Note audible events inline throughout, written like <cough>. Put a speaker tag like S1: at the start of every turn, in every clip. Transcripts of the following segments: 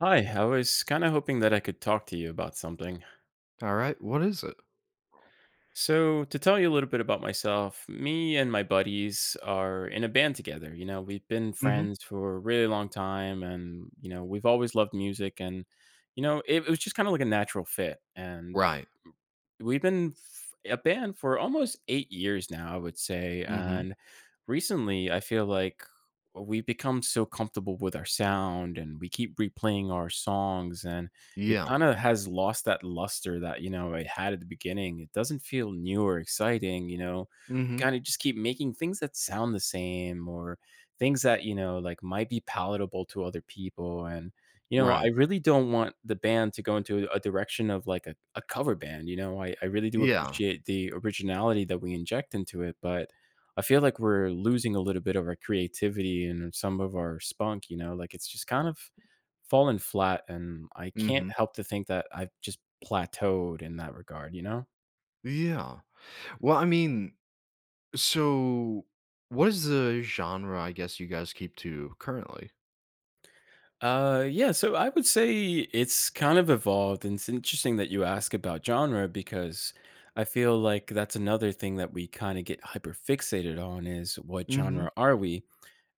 S1: Hi, I was kind of hoping that I could talk to you about something.
S2: Alright, what is it?
S1: So, to tell you a little bit about myself, me and my buddies are in a band together. You know, we've been
S2: Mhm.
S1: friends for a really long time and, you know, we've always loved music and, you know, it was just kind of like a natural fit. And
S2: Right.
S1: we've been a band for almost 8 years now, I would say.
S2: Mhm.
S1: And recently, I feel like we've become so comfortable with our sound and we keep replaying our songs. And it
S2: Yeah.
S1: kinda has lost that luster that, you know, it had at the beginning. It doesn't feel new or exciting, you know? We
S2: Mhm.
S1: kinda just keep making things that sound the same or things that, you know, like, might be palatable to other people, and, you know, I
S2: Right.
S1: really don't want the band to go into a direction of, like, a cover band, you know? I really do
S2: Yeah.
S1: appreciate the originality that we inject into it, but I feel like we're losing a little bit of our creativity and some of our spunk, you know? Like, it's just kind of fallen flat, and I can't
S2: Mhm.
S1: help to think that I've just plateaued in that regard, you know?
S2: Yeah. Well, I mean, so what is the genre, I guess, you guys keep to currently?
S1: Yeah, so I would say it's kind of evolved, and it's interesting that you ask about genre because I feel like that's another thing that we kind of get hyper fixated on is what
S2: Mhm.
S1: genre are we?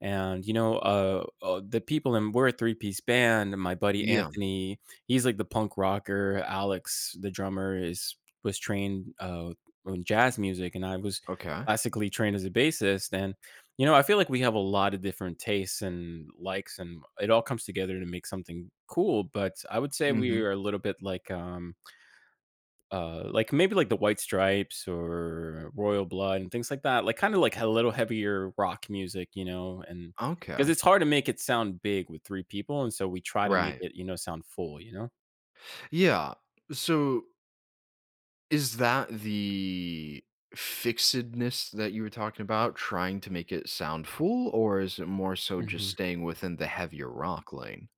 S1: And, you know, the people in we're a three-piece band, and my buddy
S2: Yeah.
S1: Anthony, he's, like, the punk rocker, Alex, the drummer, is was trained, on jazz music, and I was
S2: Okay.
S1: classically trained as a bassist, and, you know, I feel like we have a lot of different tastes and likes, and it all comes together to make something cool, but I would say we
S2: Mhm.
S1: are a little bit like maybe like the White Stripes or Royal Blood and things like that, like kind of like a little heavier rock music, you know, and because
S2: Okay.
S1: it's hard to make it sound big with three people, and so we try to make
S2: Right.
S1: it, you know, sound full, you know.
S2: Yeah. So, is that the fixedness that you were talking about, trying to make it sound full, or is it more so just
S1: Mm-hmm.
S2: staying within the heavier rock lane?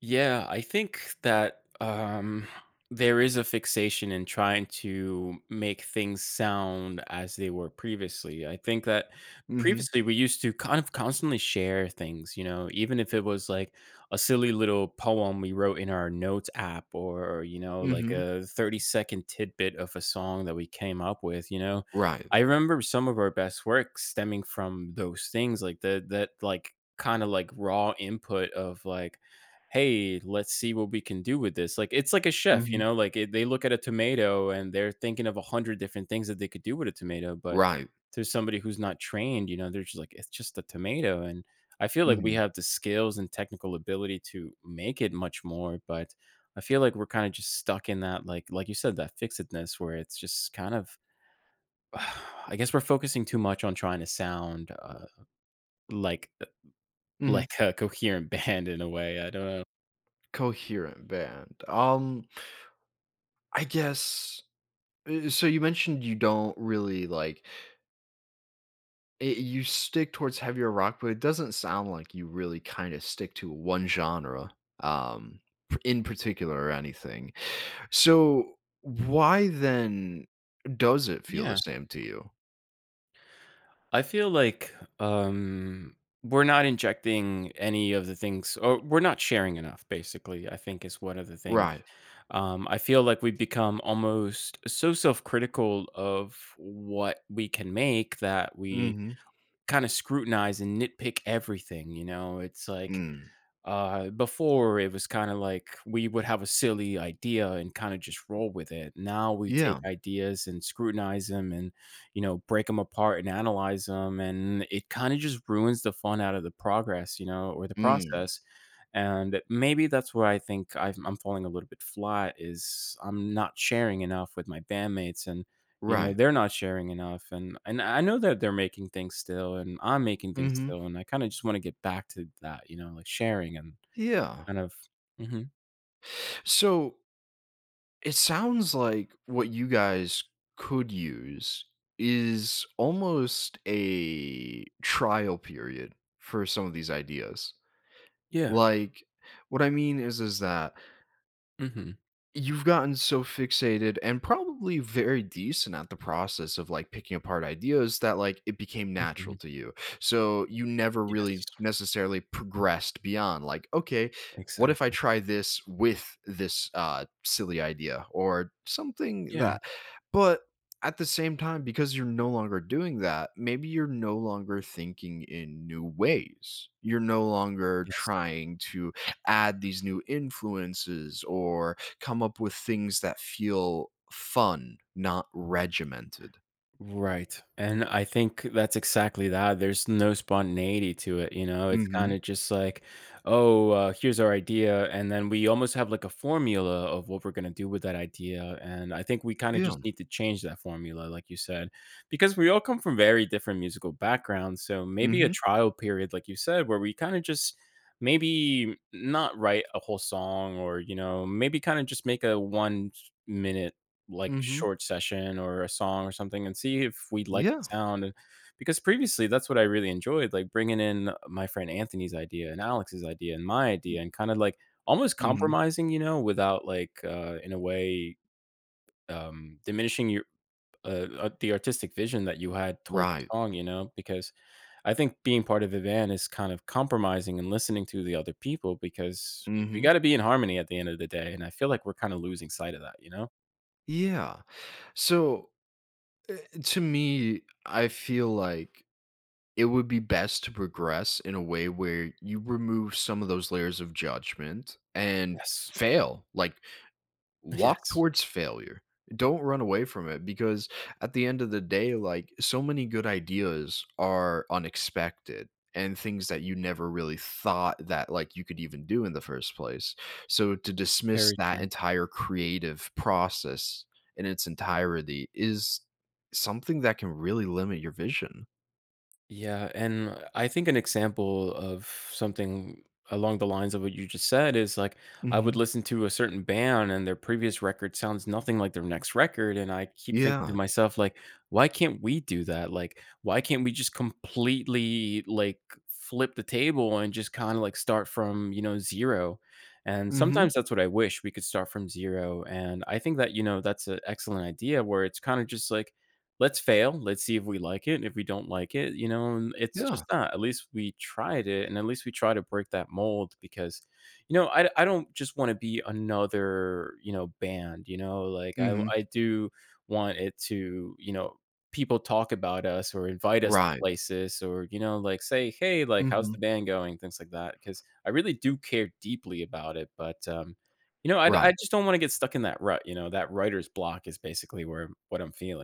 S1: Yeah, I think that there is a fixation in trying to make things sound as they were previously. I think that
S2: Mhm.
S1: previously we used to kind of constantly share things, you know, even if it was like a silly little poem we wrote in our notes app or, you know, like
S2: Mhm.
S1: a 30-second tidbit of a song that we came up with, you know.
S2: Right.
S1: I remember some of our best work stemming from those things, like the that like kind of like raw input of like hey, let's see what we can do with this. Like it's like a chef, you
S2: Mhm.
S1: know, like they look at a tomato and they're thinking of a hundred different things that they could do with a tomato, but
S2: Right.
S1: there's somebody who's not trained, you know, they're just like, it's just a tomato. And I feel like we
S2: Mhm.
S1: have the skills and technical ability to make it much more, but I feel like we're kind of just stuck in that, like you said, that fixedness where it's just kind of, <sighs> I guess we're focusing too much on trying to sound like uh,
S2: Mhm.
S1: like a coherent <laughs> band in a way. I don't know.
S2: Coherent band. I guess so you mentioned you don't really like it, you stick towards heavier rock, but it doesn't sound like you really kind of stick to one genre um in particular or anything. So why then does it feel the
S1: Yeah.
S2: same to you?
S1: I feel like um, we're not injecting any of the things, or we're not sharing enough. Basically, I think is one of the things.
S2: Right.
S1: I feel like we have become almost so self-critical of what we can make that we
S2: Mhm.
S1: kind of scrutinize and nitpick everything. You know, it's like
S2: Mm.
S1: before it was kind of like we would have a silly idea and kind of just roll with it. Now we take
S2: Yeah.
S1: ideas and scrutinize them and, you know, break them apart and analyze them. And it kind of just ruins the fun out of the progress, you know, or the
S2: Mm.
S1: process. And maybe that's where I'm falling a little bit flat is I'm not sharing enough with my bandmates. And you know,
S2: Right.
S1: they're not sharing enough, and I know that they're making things still, and I'm making things
S2: Mhm.
S1: still, and I kinda just wanna get back to that, you know, like, sharing and
S2: Yeah.
S1: kind of Mhm.
S2: So it sounds like what you guys could use is almost a trial period for some of these ideas.
S1: Yeah.
S2: Like, what I mean is that
S1: Mhm.
S2: you've gotten so fixated and probably very decent at the process of like picking apart ideas that like it became
S1: Mhm.
S2: natural to you. So you never
S1: Yes.
S2: really necessarily progressed beyond like, okay, what if I
S1: Exactly.
S2: try this with this silly idea or something
S1: Yeah.
S2: that? But at the same time, because you're no longer doing that, maybe you're no longer thinking in new ways. You're no longer
S1: Yes.
S2: trying to add these new influences or come up with things that feel fun, not regimented.
S1: Right. And I think that's exactly that. There's no spontaneity to it, you know? It's kind
S2: Mhm.
S1: of just like, oh, here's our idea. And then we almost have like a formula of what we're going to do with that idea. And I think we kind of just
S2: Yeah.
S1: need to change that formula, like you said, because we all come from very different musical backgrounds. So maybe a
S2: Mhm.
S1: trial period, like you said, where we kind of just maybe not write a whole song or, you know, maybe kind of just make a 1 minute like,
S2: Mhm.
S1: short session or a song or something and see if we like
S2: Yeah.
S1: the sound, and because previously, that's what I really enjoyed, like, bringing in my friend Anthony's idea and Alex's idea and my idea and kinda, like, almost
S2: Mm. Mhm.
S1: compromising, you know, without, like, in a way, diminishing your the artistic vision that you had towards the
S2: Right.
S1: song, you know, because I think being part of a band is kind of compromising and listening to the other people because
S2: Mm.
S1: we
S2: Mhm.
S1: gotta be in harmony at the end of the day, and I feel like we're kinda losing sight of that, you know?
S2: Yeah. So, eh, to me, I feel like it would be best to progress in a way where you remove some of those layers of judgment and
S1: Yes.
S2: fail. Like
S1: <laughs>
S2: walk
S1: Yes.
S2: towards failure. Don't run away from it because at the end of the day, like so many good ideas are unexpected and things that you never really thought that like you could even do in the first place. So to dismiss
S1: Very
S2: that
S1: true.
S2: entire creative process in its entirety is something that can really limit your vision.
S1: Yeah, and I think an example of something along the lines of what you just said is like I
S2: Hmm.
S1: would listen to a certain band and their previous record sounds nothing like their next record, and I keep thinking to
S2: Yeah.
S1: myself like why can't we do that? Like why can't we just completely like flip the table and just kind of like start from, you know, zero? And
S2: Hmm.
S1: sometimes that's what I wish. We could start from zero, and I think that you know that's an excellent idea where it's kind of just like let's fail, let's see if we like it, if we don't like it, you know, and it's just
S2: Yeah.
S1: not at least we tried it, and at least we try to break that mold because, you know, I don't just wanna be another, you know, band, you know, like, I
S2: Hmm.
S1: I do want it to you know, people talk about us or invite us to
S2: Right.
S1: places or, you know, like, say, "Hey, like, how's
S2: Hmm.
S1: the band going?" Things like that because I really do care deeply about it, but, you know, I
S2: Right.
S1: just don't wanna get stuck in that rut, you know, that writer's block is basically where what I'm feeling.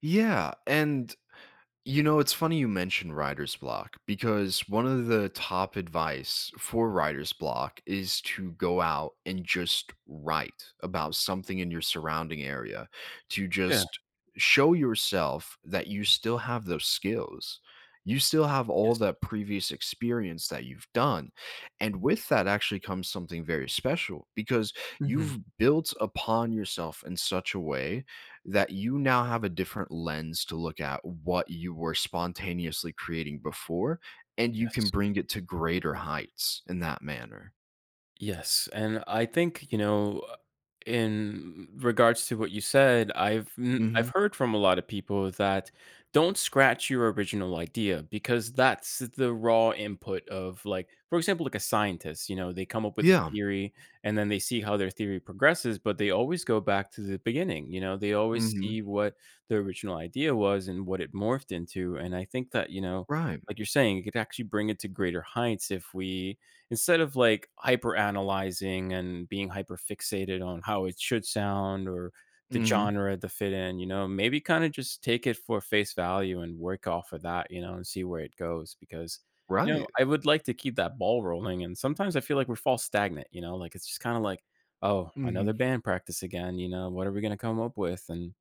S2: Yeah. And it's funny you mention writer's block because one of the top advice for writer's block is to go out and just write about something in your surrounding area, to
S1: Yeah.
S2: just show yourself that you still have those skills. You still have all
S1: Yes.
S2: that previous experience that you've done. And with that actually comes something very special because
S1: Mhm.
S2: you've built upon yourself in such a way that you now have a different lens to look at what you were spontaneously creating before, and you can
S1: Yes.
S2: bring it to greater heights in that manner.
S1: Yes, and I think, you know, in regards to what you said, I've
S2: Mhm.
S1: heard from a lot of people that don't scratch your original idea because that's the raw input of, like for example, like a scientist, you know, they come up with a
S2: Yeah.
S1: theory and then they see how their theory progresses, but they always go back to the beginning, you know, they always
S2: Mhm.
S1: see what the original idea was and what it morphed into, and I think that, you know,
S2: Right.
S1: like you're saying, it could actually bring it to greater heights if we instead of like hyper analyzing and being hyper fixated on how it should sound or the
S2: Mhm.
S1: genre the fit in you know maybe kind of just take it for face value and work off of that you know and see where it goes because you know
S2: Right.
S1: I would like to keep that ball rolling and sometimes I feel like we fall stagnant you know like it's just kind of like oh another
S2: Mhm.
S1: band practice again you know what are we going to come up with and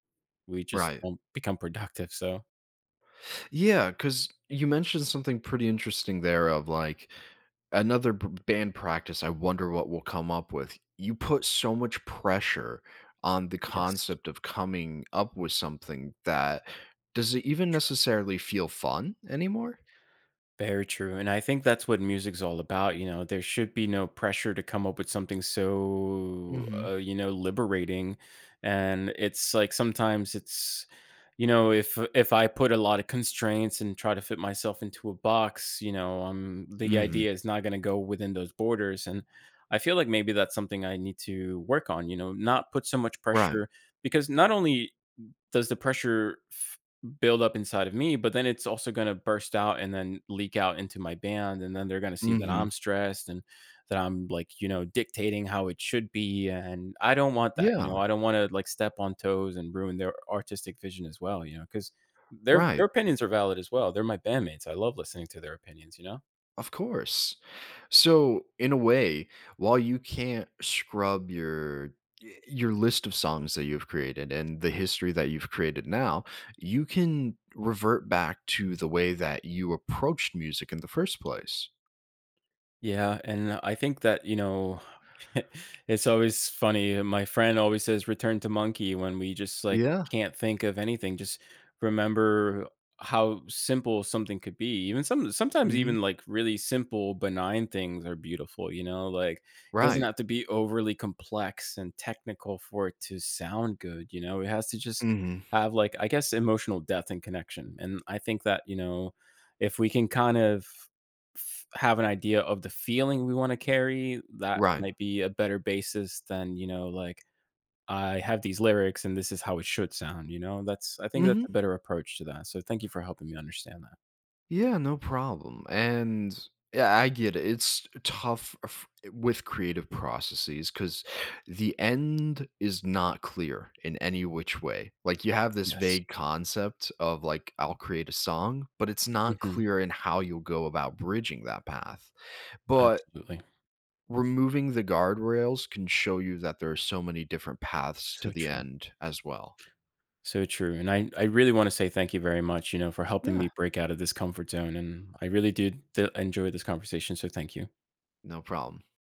S1: we just
S2: Right.
S1: won't become productive so
S2: Yeah, because you mentioned something pretty interesting there of like another band practice. I wonder what we'll come up with. You put so much pressure on the
S1: yes.
S2: concept of coming up with something that does it even necessarily feel fun anymore?
S1: Very true. And I think that's what music's all about. You know, there should be no pressure to come up with something so,
S2: Hmm.
S1: you know, liberating. And it's like sometimes it's, you know, if I put a lot of constraints and try to fit myself into a box, you know, the
S2: Hmm.
S1: idea is not going to go within those borders. And I feel like maybe that's something I need to work on. You know, not put so much
S2: Right.
S1: pressure because not only does the pressure build up inside of me but then it's also going to burst out and then leak out into my band and then they're going to see that
S2: Hmm.
S1: I'm stressed and that I'm like you know dictating how it should be and I don't want that you know
S2: Yeah.
S1: I don't want to like step on toes and ruin their artistic vision as well you know because their
S2: Right.
S1: opinions are valid as well they're my bandmates I love listening to their opinions you know.
S2: Of course. So, in a way, while you can't scrub your list of songs that you've created and the history that you've created now, you can revert back to the way that you approached music in the first place.
S1: Yeah, and I think that, you know, <laughs> it's always funny. My friend always says return to monkey when we just like
S2: Yeah.
S1: can't think of anything. Just remember how simple something could be. Even some sometimes
S2: Hmm.
S1: even like really simple, benign things are beautiful, you know, like it doesn't
S2: Right.
S1: have to be overly complex and technical for it to sound good, you know. It has to just
S2: Hmm.
S1: have like I guess emotional depth and connection. And I think that, you know, if we can kind of f have an idea of the feeling we wanna carry, that
S2: Right.
S1: might be a better basis than, you know, like, "I have these lyrics and this is how it should sound," you know? That's I think that's
S2: Hmm.
S1: a better approach to that, so thank you for helping me understand that.
S2: Yeah, no problem. And yeah, I get it. It's tough with creative processes because the end is not clear in any which way. Like you have this
S1: Yes.
S2: vague concept of like I'll create a song, but it's not
S1: Mhm.
S2: clear in how you'll go about bridging that path.
S1: <laughs>
S2: But
S1: Absolutely.
S2: removing the guardrails can show you that there are so many different paths
S1: So
S2: to the
S1: true.
S2: end as well.
S1: So true, and I really wanna say thank you very much, you know, for helping
S2: Yeah,
S1: me break out of this comfort zone, and I really did d enjoy this conversation, so thank you.
S2: no problem.